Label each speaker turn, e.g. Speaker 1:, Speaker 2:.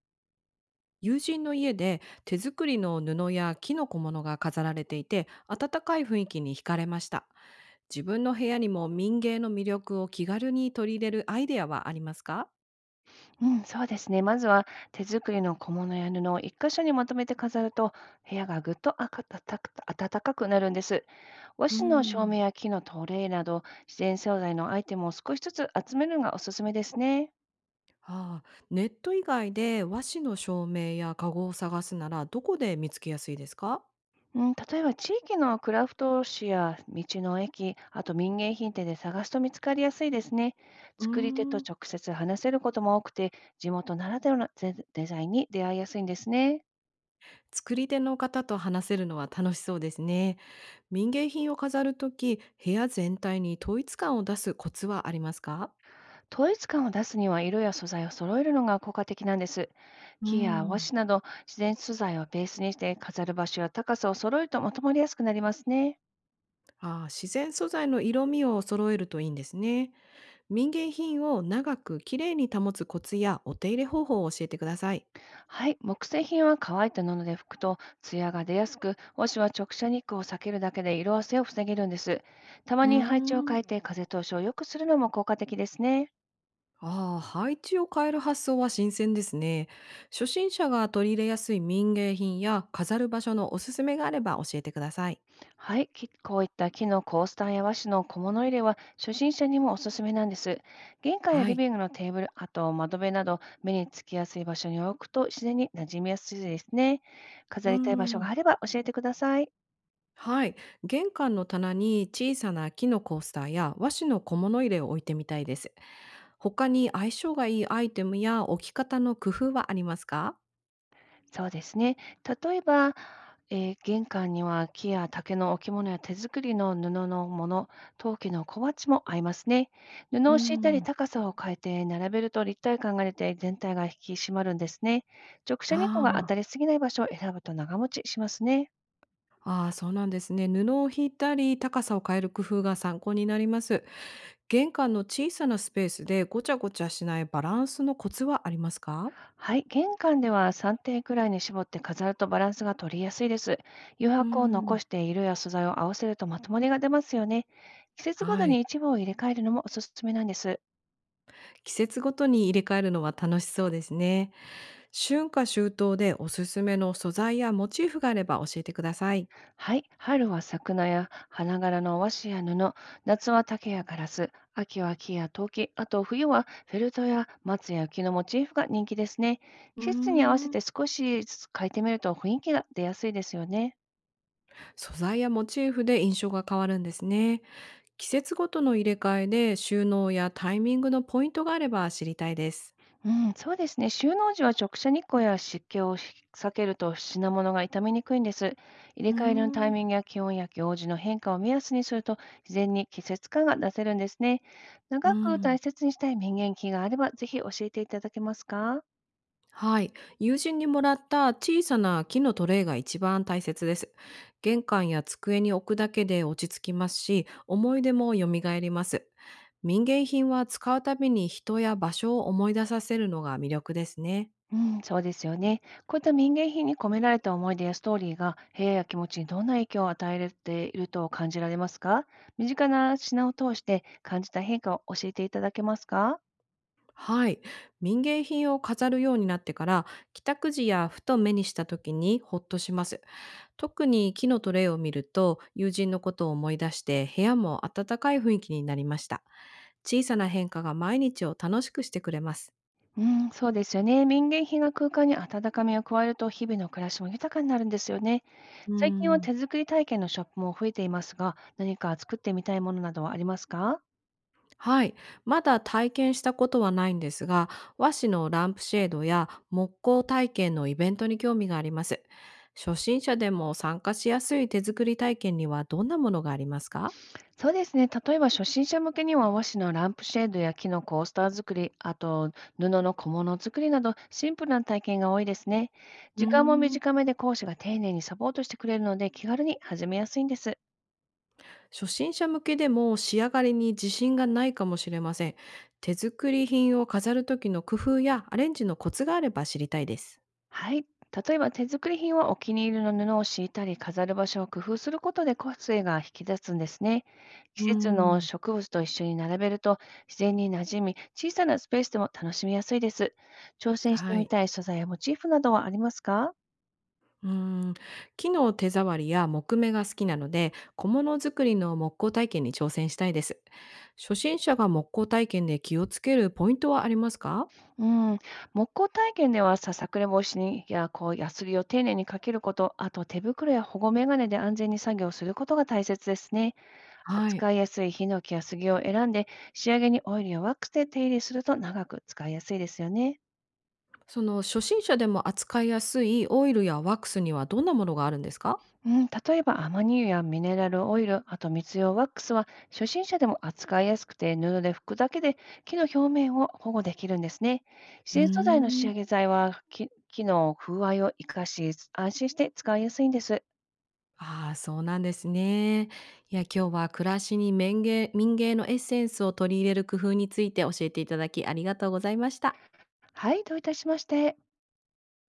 Speaker 1: 友人の家で手作りの布や木の小物が飾られていて、温かい雰囲気に惹かれました。自分の部屋にも民芸の魅力を気軽に取り入れるアイデアはありますか？
Speaker 2: うん、そうですね。まずは手作りの小物や布を一箇所にまとめて飾ると、部屋がぐっとあかたたく暖かくなるんです。和
Speaker 1: うー
Speaker 2: 紙の照明
Speaker 1: ん。
Speaker 2: や木のトレイなど、自然素材のアイテムを少しずつ集めるのがおすすめですね。
Speaker 1: ああ、ネット以外で和紙の照明や籠を探すならどこで見つけやすいですか？
Speaker 2: うん、例えば地域のクラフト紙や道の駅、あと民芸品店で探すと見つかりやすいですね。
Speaker 1: うー
Speaker 2: 作り手と
Speaker 1: ん。
Speaker 2: 直接話せることも多くて、地元ならではのデザインに出会いやすいんですね。
Speaker 1: 作り手の方と話せるのは楽しそうですね。民芸品を飾るとき、部屋全体に統一感を出すコツはありますか？
Speaker 2: 統一感を出すには色や素材を揃えるのが効果的なんです。
Speaker 1: うー
Speaker 2: 木や和
Speaker 1: ん。
Speaker 2: 紙など自然素材をベースにして飾る場所や高さを揃えるとまとまりやすくなりますね。
Speaker 1: ああ、自然素材の色味を揃えるといいんですね。民芸品を長くきれいに保つコツやお手入れ方法を教えてください。
Speaker 2: はい、木製品は乾いた布で拭くと艶が出やすく、和紙は直射日光を避けるだけで色あせを防げるんです。たま
Speaker 1: うー
Speaker 2: に配置を
Speaker 1: ん。
Speaker 2: 変えて風通しを良くするのも効果的ですね。
Speaker 1: ああ、配置を変える発想は新鮮ですね。初心者が取り入れやすい民芸品や飾る場所のおすすめがあれば教えてください。
Speaker 2: はい、こういった木のコースターや和紙の小物入れは初心者にもおすすめなんです。玄関や
Speaker 1: は
Speaker 2: リ
Speaker 1: い。
Speaker 2: ビングのテーブル、あと窓辺など目につきやすい場所に置くと自然に馴染みやすいですね。
Speaker 1: うー
Speaker 2: 飾りたい場所
Speaker 1: ん。
Speaker 2: があれば教えてください。
Speaker 1: はい。玄関の棚に小さな木のコースターや和紙の小物入れを置いてみたいです。他に相性がいいアイテムや置き方の工夫はありますか？
Speaker 2: そうですね。例えば、玄関には木や竹の置物や手作りの布のもの、陶器の小鉢も合いますね。布
Speaker 1: う
Speaker 2: を敷いたり
Speaker 1: ん。
Speaker 2: 高さを変えて並べると立体感が出て全体が引き締まるんですね。直
Speaker 1: あ
Speaker 2: 射日光が当
Speaker 1: ー。
Speaker 2: たりすぎない場所を選ぶと長持ちしますね。
Speaker 1: あー、そうなんですね。布を引いたり高さを変える工夫が参考になります。玄関の小さなスペースでごちゃごちゃしないバランスのコツはありますか？
Speaker 2: はい、玄関では3点くらいに絞って飾るとバランスが取りやすいです。余
Speaker 1: う
Speaker 2: 白を
Speaker 1: ん。
Speaker 2: 残して色や素材を合わせるとまとまりが出ますよね。季節ご
Speaker 1: は
Speaker 2: とに
Speaker 1: い。
Speaker 2: 一部を入れ替えるのもおすすめなんです。
Speaker 1: 季節ごとに入れ替えるのは楽しそうですね。春夏秋冬でおすすめの素材やモチーフがあれば教えてください。
Speaker 2: はい、春は桜や花柄の和紙や布、夏は竹やガラス、秋は木や陶器、あと冬はフェルトや松や木のモチーフが人気ですね。
Speaker 1: う
Speaker 2: 季節に合わせ
Speaker 1: ーん。
Speaker 2: て少しずつ変えてみると雰囲気が出やすいですよね。
Speaker 1: 素材やモチーフで印象が変わるんですね。季節ごとの入れ替えで収納やタイミングのポイントがあれば知りたいです。
Speaker 2: うん、そうですね。収納時は直射日光や湿気を避けると品物が傷みにくいんです。
Speaker 1: う
Speaker 2: 入れ替えのタ
Speaker 1: ー
Speaker 2: イ
Speaker 1: ん。
Speaker 2: ミングや気温や行事の変化を目安にすると自然に季節感が出せるんですね。
Speaker 1: う
Speaker 2: 長く大
Speaker 1: ん。
Speaker 2: 切にしたい民芸品があればぜひ教えていただけますか？
Speaker 1: はい。友人にもらった小さな木のトレイが一番大切です。玄関や机に置くだけで落ち着きますし、思い出も蘇ります。民芸品は使うたびに人や場所を思い出させるのが魅力ですね。
Speaker 2: うん、そうですよね。こういった民芸品に込められた思い出やストーリーが部屋や気持ちにどんな影響を与えていると感じられますか？身近な品を通して感じた変化を教えていただけますか？
Speaker 1: はい。民芸品を飾るようになってから、帰宅時やふと目にした時にほっとします。特に木のトレイを見ると友人のことを思い出して、部屋も暖かい雰囲気になりました。小さな変化が毎日を楽しくしてくれます。
Speaker 2: うん、そうですよね。民芸品が空間に温かみを加えると日々の暮らしも豊かになるんですよね。
Speaker 1: うー
Speaker 2: 最近は
Speaker 1: ん。
Speaker 2: 手作り体験のショップも増えていますが、何か作ってみたいものなどはありますか？
Speaker 1: はい。まだ体験したことはないんですが、和紙のランプシェードや木工体験のイベントに興味があります。初心者でも参加しやすい手作り体験にはどんなものがありますか？
Speaker 2: そうですね。例えば初心者向けには和紙のランプシェードや木のコースター作り、あと布の小物作りなどシンプルな体験が多いですね。
Speaker 1: うー
Speaker 2: 時間も
Speaker 1: ん。
Speaker 2: 短めで講師が丁寧にサポートしてくれるので気軽に始めやすいんです。
Speaker 1: 初心者向けでも仕上がりに自信がないかもしれません。手作り品を飾る時の工夫やアレンジのコツがあれば知りたいです。
Speaker 2: はい。例えば手作り品はお気に入りの布を敷いたり飾る場所を工夫することで個性が引き出すんですね。季
Speaker 1: うー
Speaker 2: 節の
Speaker 1: ん。
Speaker 2: 植物と一緒に並べると自然に馴染み、小さなスペースでも楽しみやすいです。挑戦して
Speaker 1: は
Speaker 2: み
Speaker 1: い。
Speaker 2: たい素材やモチーフなどはありますか？
Speaker 1: うーん、木の手触りや木目が好きなので、小物作りの木工体験に挑戦したいです。初心者が木工体験で気をつけるポイントはありますか？
Speaker 2: うん。木工体験ではさくれ防止にやこうヤスリを丁寧にかけること、あと手袋や保護メガネで安全に作業することが大切ですね。
Speaker 1: はい。
Speaker 2: 扱いやすいヒノキや杉を選んで、仕上げにオイルやワックスで手入れすると長く使いやすいですよね。
Speaker 1: その、初心者でも扱いやすいオイルやワックスにはどんなものがあるんですか？
Speaker 2: うん、例えばアマニ油やミネラルオイル、あと密用ワックスは初心者でも扱いやすくて布で拭くだけで木の表面を保護できるんですね。自
Speaker 1: うー
Speaker 2: 然素材の仕上
Speaker 1: ん。
Speaker 2: げ剤は木の風合いを生かし安心して使いやすいんです。
Speaker 1: ああ、そうなんですね。いや、今日は暮らしに民芸のエッセンスを取り入れる工夫について教えていただきありがとうございました。
Speaker 2: はい、どういたしまして。